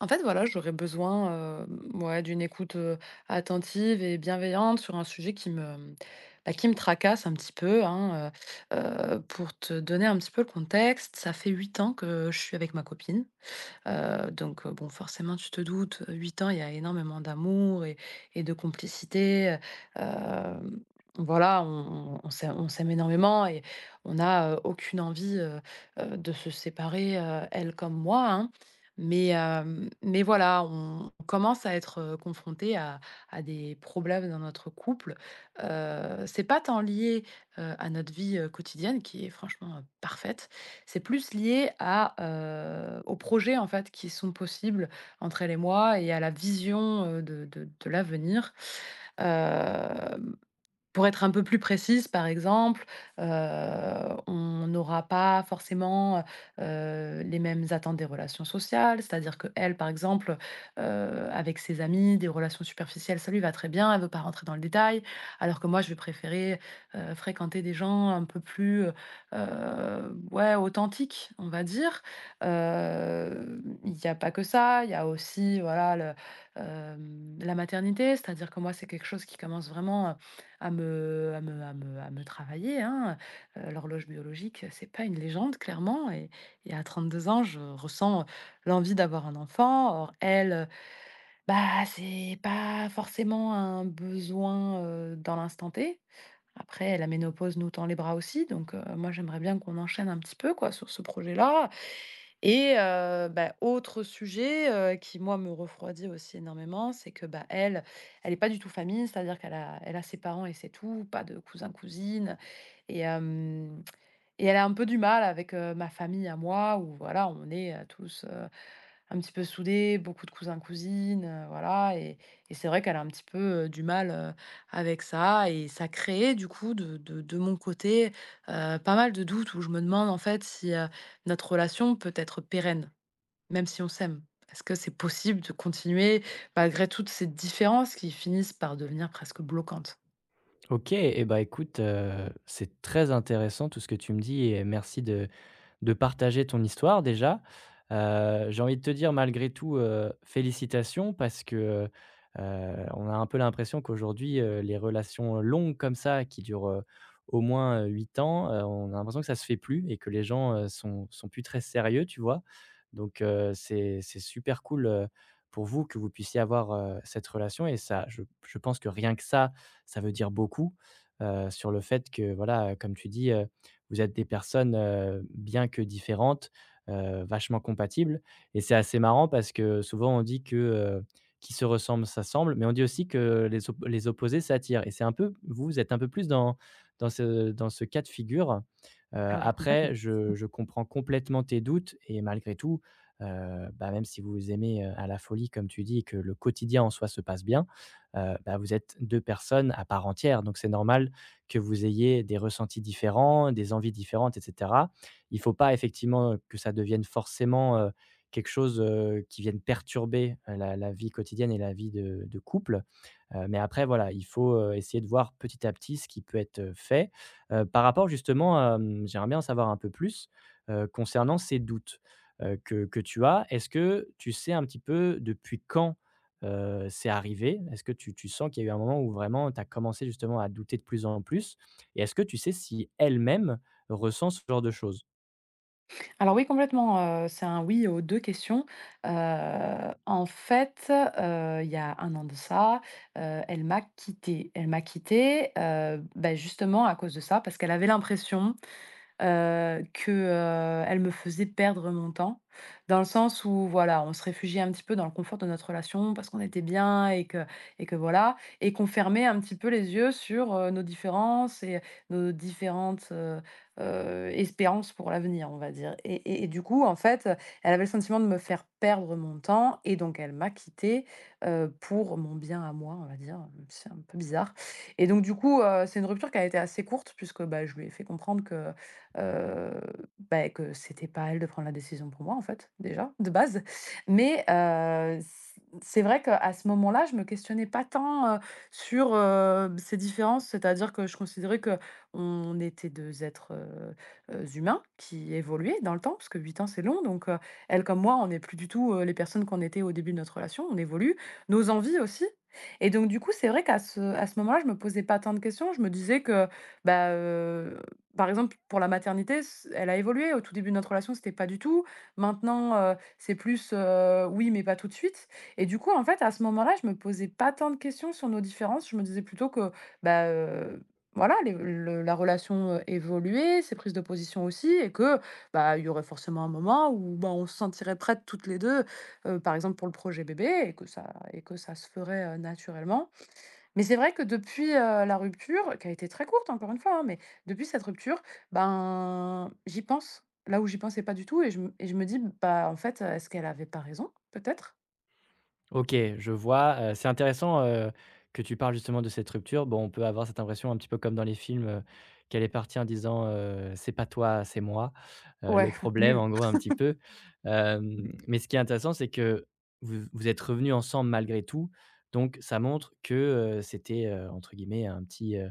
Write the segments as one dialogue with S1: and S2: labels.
S1: En fait, voilà, j'aurais besoin, ouais, d'une écoute, attentive et bienveillante sur un sujet qui me, bah, qui me tracasse un petit peu, hein, heu. Pour te donner un petit peu le contexte, ça fait 8 ans que je suis avec ma copine. Donc, bon, forcément, tu te doutes, 8 ans, il y a énormément d'amour et de complicité, voilà, on s'aime énormément et on a, aucune envie, de se séparer, elle comme moi, hein. Mais, mais voilà, on commence à être, confrontés à des problèmes dans notre couple. C'est pas tant lié, à notre vie, quotidienne qui est franchement, parfaite. C'est plus lié à, aux projets, en fait, qui sont possibles entre elle et moi et à la vision, de l'avenir. Hem Pour être un peu plus précise, par exemple, heu, on n'aura pas forcément, les mêmes attentes des relations sociales. C'est-à-dire que elle, par exemple, avec ses amis, des relations superficielles, ça lui va très bien, elle veut pas rentrer dans le détail. Alors que moi, je vais préférer, fréquenter des gens un peu plus, ouais, authentiques, on va dire. Il n'y a pas que ça, il y a aussi, voilà, la maternité. C'est-à-dire que moi, c'est quelque chose qui commence vraiment, à me travailler, hein. L'horloge biologique, c'est pas une légende clairement et à 2 ans, je ressens, l'envie d'avoir un enfant. Or elle, bah, c'est pas forcément un besoin, dans l'instant T. Après la ménopause nous tend les bras aussi donc moi j'aimerais bien qu'on enchaîne un petit peu quoi sur ce projet-là, et bah, autre sujet, qui moi me refroidit aussi énormément, c'est que, bah, elle, elle est pas du tout famille, c'est-à-dire qu'elle a ses parents et c'est tout, pas de cousins-cousines et hem et elle a un peu du mal avec, ma famille à moi où voilà, on est, tous, un petit peu soudés, beaucoup de cousins-cousines, voilà et c'est vrai qu'elle a un petit peu, du mal, avec ça et ça crée du coup de mon côté, pas mal de doutes où je me demande en fait si, notre relation peut être pérenne. Même si on s'aime, est-ce que c'est possible de continuer malgré toutes ces différences qui finissent par devenir presque bloquantes?
S2: OK et bah, écoute, c'est très intéressant tout ce que tu me dis et merci de partager ton histoire déjà. J'ai envie de te dire malgré tout, félicitations parce que, heu on a un peu l'impression qu'aujourd'hui, les relations longues comme ça qui durent, au moins, 8 ans, on a l'impression que ça se fait plus et que les gens, sont plus très sérieux, tu vois? Donc c'est super cool, pour vous que vous puissiez avoir, cette relation et ça je pense que rien que ça veut dire beaucoup, sur le fait que voilà, comme tu dis, vous êtes des personnes, bien que différentes, vachement compatibles et c'est assez marrant parce que souvent on dit que, «Qui se ressemble s'assemble», mais on dit aussi que les opposés s'attirent et c'est un peu vous, vous êtes un peu plus dans dans ce cas de figure.
S1: Ah oui,
S2: Après
S1: complètement.
S2: je comprends complètement tes doutes et malgré tout, bah, même si vous vous aimez, à la folie comme tu dis et que le quotidien en soi se passe bien, bah, vous êtes 2 personnes à part entière donc c'est normal que vous ayez des ressentis différents, des envies différentes, et cetera. Il ne faut pas effectivement, que ça devienne forcément, quelque chose, qui vienne perturber, la vie quotidienne et la vie de couple. Mais après voilà, il faut, essayer de voir petit à petit ce qui peut être, fait. Par rapport justement, j'aimerais bien en savoir un peu plus, concernant ces doutes, que tu as. Est-ce que tu sais un petit peu depuis quand, c'est arrivé? Est-ce que tu sens qu'il y a eu un moment où vraiment tu as commencé justement à douter de plus en plus? Et est-ce que tu sais si elle-même ressent ce genre de choses?
S1: Alors oui, complètement, c'est un oui aux 2 questions. Heu, en fait, il y a un an de ça, elle m'a quittée. Elle m'a quittée, bah, justement à cause de ça, parce qu'elle avait l'impression que, elle me faisait perdre mon temps. Dans le sens où voilà, on se réfugiait un petit peu dans le confort de notre relation parce qu'on était bien et que voilà et qu'on fermait un petit peu les yeux sur, nos différences et nos différentes, espérances pour l'avenir, on va dire et du coup, en fait, elle avait le sentiment de me faire perdre mon temps et donc elle m'a quittée, pour mon bien à moi, on va dire, si c'est un peu bizarre et donc du coup, c'est une rupture qui a été assez courte puisque, bah, je lui ai fait comprendre que Heu, bah, que c'était pas à elle de prendre la décision pour moi en fait, déjà, de base. Mais, c'est vrai qu'à ce moment-là, je me questionnais pas tant, sur, ces différences, c'est-à-dire que je considérais que on était 2 êtres, humains qui évoluaient dans le temps, parce que 8 ans, c'est long donc, elle comme moi, on n'est plus du tout, les personnes qu'on était au début de notre relation, on évolue, nos envies aussi. Et donc du coup, c'est vrai qu'à ce moment-là, je me posais pas tant de questions. Je me disais que, bah, par exemple, pour la maternité, c elle a évolué. Au tout début de notre relation, c'était pas du tout. Maintenant, c'est plus, oui, mais pas tout de suite et du coup, en fait, à ce moment-là, je me posais pas tant de questions sur nos différences. Je me disais plutôt que, bah, voilà, les le la relation, évoluait, ses prises de position aussi et que, bah, il y aurait forcément un moment où, bah, on se sentirait prêtes toutes les 2, par exemple, pour le projet bébé et que ça se ferait, naturellement. Mais c'est vrai que depuis, la rupture, qui a été très courte encore une fois, hein, mais depuis cette rupture, ben, j'y pense. Là où j'y pensais pas du tout et je me dis: «Bah, en fait, est-ce qu'elle avait pas raison peut-être?»
S2: OK, je vois, c'est intéressant, que tu parles justement de cette rupture. Bon, on peut avoir cette impression un petit peu comme dans les films, qu'elle est partie en disant, «C'est pas toi, c'est moi», le
S1: Ouais,
S2: problème
S1: nul.
S2: en gros un petit peu. Mais ce qui est intéressant, c'est que vous vous êtes revenus ensemble malgré tout, donc ça montre que, c'était, entre guillemets «un petit,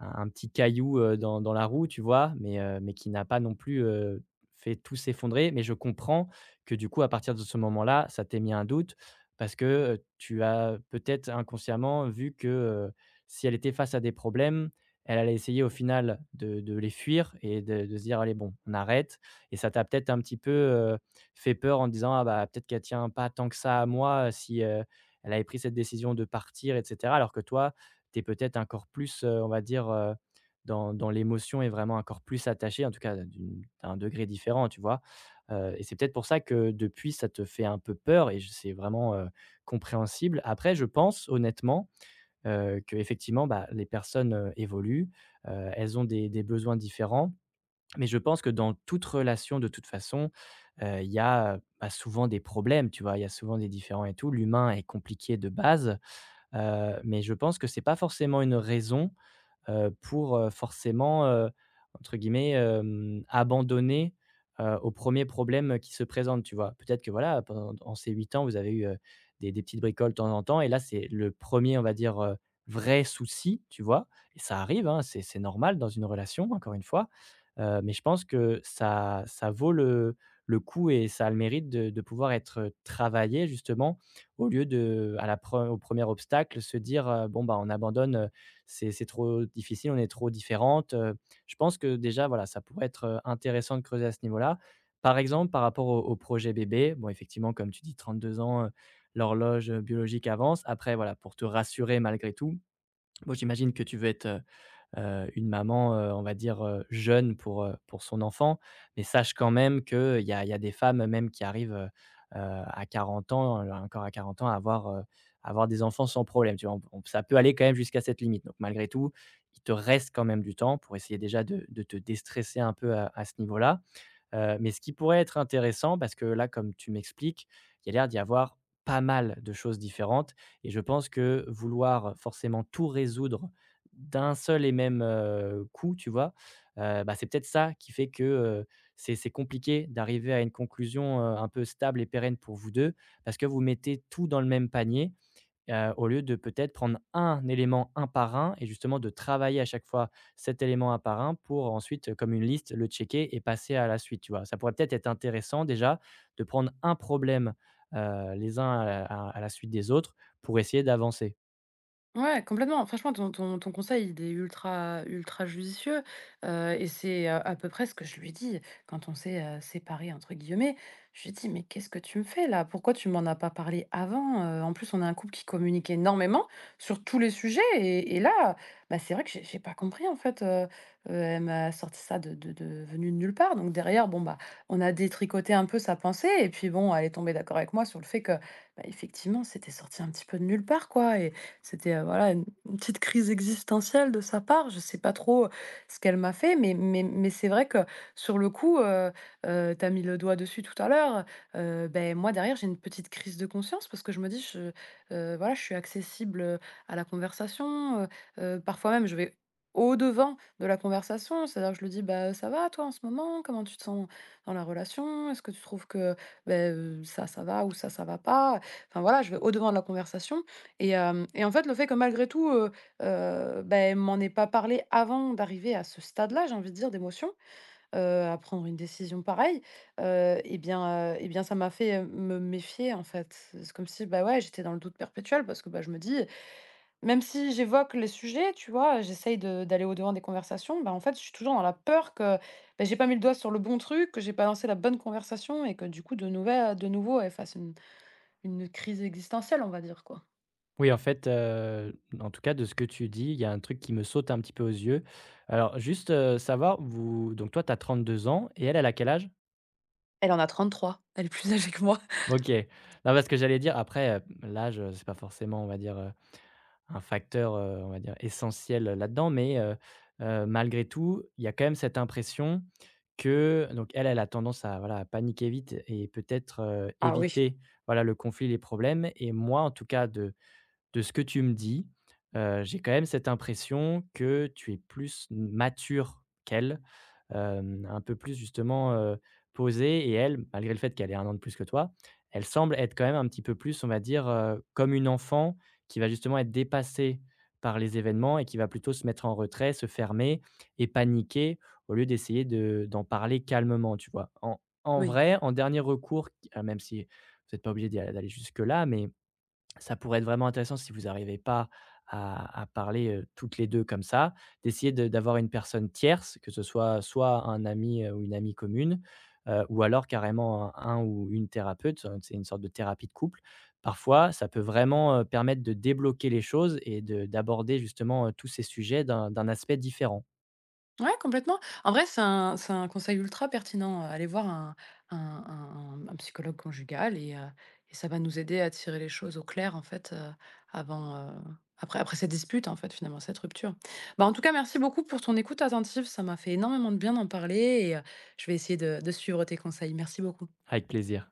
S2: un petit caillou, dans la roue, tu vois? Mais qui n'a pas non plus, fait tout s'effondrer. Mais je comprends que du coup, à partir de ce moment-là, ça t'ait mis un doute parce que, tu as peut-être inconsciemment vu que, si elle était face à des problèmes, elle allait essayer au final de les fuir et de se dire: «Allez bon, on arrête» et ça t'a peut-être un petit peu, fait peur en te disant: «Ah bah, peut-être qu'elle tient pas tant que ça à moi si, elle avait pris cette décision de partir» et cetera. Alors que toi, tu es peut-être encore plus, on va dire, dans l'émotion et vraiment encore plus attaché, en tout cas d'une à un degré différent, tu vois? Et c'est peut-être pour ça que depuis, ça te fait un peu peur et je c'est vraiment, compréhensible. Après, je pense honnêtement, que effectivement bah, les personnes, évoluent, elles ont des besoins différents. Mais je pense que dans toute relation, de toute façon, il y a, bah, souvent des problèmes, tu vois? Il y a souvent des différends et tout. L'humain est compliqué de base. Mais je pense que c'est pas forcément une raison, pour, forcément, entre guillemets, abandonner, au premier problème qui se présente, tu vois? Peut-être que voilà, pendant en ces 8 ans, vous avez eu, des petites bricoles de temps en temps et là, c'est le premier on va dire, vrai souci, tu vois? Et ça arrive, hein, c'est normal dans une relation, encore une fois, mais je pense que ça vaut le coup et ça a le mérite de pouvoir être travaillé justement au lieu de à la pre au premier obstacle, se dire, «Bon, bah, on abandonne, c'est trop difficile, on est trop différentes», Je pense que déjà, voilà, ça pourrait être, intéressant de creuser à ce niveau-là. Par exemple, par rapport au projet bébé, bon, effectivement, comme tu dis, 32 ans, l'horloge, biologique avance. Après, voilà, pour te rassurer malgré tout, moi, j'imagine que tu veux être, une maman, on va dire, jeune pour son enfant, mais sache quand même qu'il y a des femmes même qui arrivent, à 40 ans, encore à 40 ans à avoir, avoir des enfants sans problème, tu vois? On ça peut aller quand même jusqu'à cette limite, donc malgré tout, il te reste quand même du temps pour essayer déjà de te déstresser un peu à ce niveau-là. Mais ce qui pourrait être intéressant, parce que là, comme tu m'expliques, il y a l'air d'y avoir pas mal de choses différentes et je pense que vouloir forcément tout résoudre d'un seul et même, coup, tu vois? Bah, c'est peut-être ça qui fait que, c'est compliqué d'arriver à une conclusion, un peu stable et pérenne pour vous 2, parce que vous mettez tout dans le même panier, au lieu de peut-être prendre un élément un par un et justement de travailler à chaque fois cet élément un par un pour ensuite, comme une liste, le checker et passer à la suite, tu vois? Ça pourrait peut-être être intéressant déjà de prendre un problème, les uns à la suite des autres pour essayer d'avancer.
S1: Ouais, complètement. Franchement, ton conseil, il est ultra ultra judicieux, et c'est, à peu près ce que je lui dis quand on s'est, «séparés» entre guillemets. Je lui dis: «Mais qu'est-ce que tu me fais là? Pourquoi tu m'en as pas parlé avant?» En plus, on est un couple qui communique énormément sur tous les sujets et là, bah, c'est vrai que j'ai pas compris en fait, elle m'a sorti ça de venu de nulle part donc derrière, bon, bah, on a détricoté un peu sa pensée et puis bon, elle est tombée d'accord avec moi sur le fait que, bah, effectivement, c'était sorti un petit peu de nulle part quoi c'était, voilà, une petite crise existentielle de sa part. Je sais pas trop ce qu'elle m'a fait, mais c'est vrai que sur le coup, tu as mis le doigt dessus tout à l'heure, beh, moi derrière, j'ai une petite crise de conscience parce que je me dis: «Je, voilà, je suis accessible, à la conversation», parfois même je vais au-devant de la conversation, c'est-à-dire que je lui dis: «Bah, ça va toi en ce moment? Comment tu te sens dans la relation? Est-ce que tu trouves que, ben, ça, ça va ou ça va pas?» Enfin voilà, je vais au-devant de la conversation et en fait, le fait que malgré tout, bah, elle m'en ait pas parlé avant d'arriver à ce stade-là, j'ai envie de dire, d'émotion, à prendre une décision pareille, et bien, ça m'a fait, me méfier, en fait. C'est comme si, bah, ouais, j'étais dans le doute perpétuel parce que, bah, je me dis, même si j'évoque les sujets, tu vois? J'essaye de d'aller au-devant des conversations, bah, en fait, je suis toujours dans la peur que, ben, j'ai pas mis le doigt sur le bon truc, que j'ai pas lancé la bonne conversation et que, du coup, de nouveau, elle fasse une crise existentielle, on va dire, quoi.
S2: Oui, en fait, en tout cas de ce que tu dis, il y a un truc qui me saute un petit peu aux yeux. Alors juste, savoir, vous donc toi tu as deux ans et elle, elle a quel âge?
S1: Elle en a 33. Elle est plus âgée que moi.
S2: OK. Non, parce que j'allais dire après, l'âge, c'est pas forcément, on va dire, un facteur, on va dire essentiel, là-dedans. Mais malgré tout, il y a quand même cette impression que donc elle, elle a tendance à voilà, à paniquer vite et peut-être,
S1: Ah oui.
S2: éviter, voilà, le conflit, les problèmes et moi, en tout cas de ce que tu me dis, j'ai quand même cette impression que tu es plus mature qu'elle, un peu plus justement, posée et elle, malgré le fait qu'elle ait un an de plus que toi, elle semble être quand même un petit peu plus, on va dire, comme une enfant qui va justement être dépassée par les événements et qui va plutôt se mettre en retrait, se fermer et paniquer au lieu d'essayer de d'en parler calmement, tu vois? En
S1: Oui.
S2: vrai, en dernier recours, q même si vous n'êtes pas obligé d'aller jusque-là, mais ça pourrait être vraiment intéressant si vous n'arrivez pas à parler, toutes les 2 comme ça, d'essayer de d'avoir une personne tierce, que ce soit un ami, ou une amie commune, ou alors carrément un ou une thérapeute, c'est une sorte de thérapie de couple. Parfois, ça peut vraiment, permettre de débloquer les choses et de d'aborder justement, tous ces sujets d'un aspect différent.
S1: Ouais, complètement. En vrai, c'est un conseil ultra pertinent, aller voir un un un psychologue conjugal et et ça va nous aider à tirer les choses au clair, en fait, avant, après cette dispute, en fait, finalement, cette rupture. Bah, en tout cas, merci beaucoup pour ton écoute attentive. Ça m'a fait énormément de bien d'en parler et je vais essayer de suivre tes conseils. Merci beaucoup.
S2: Avec plaisir.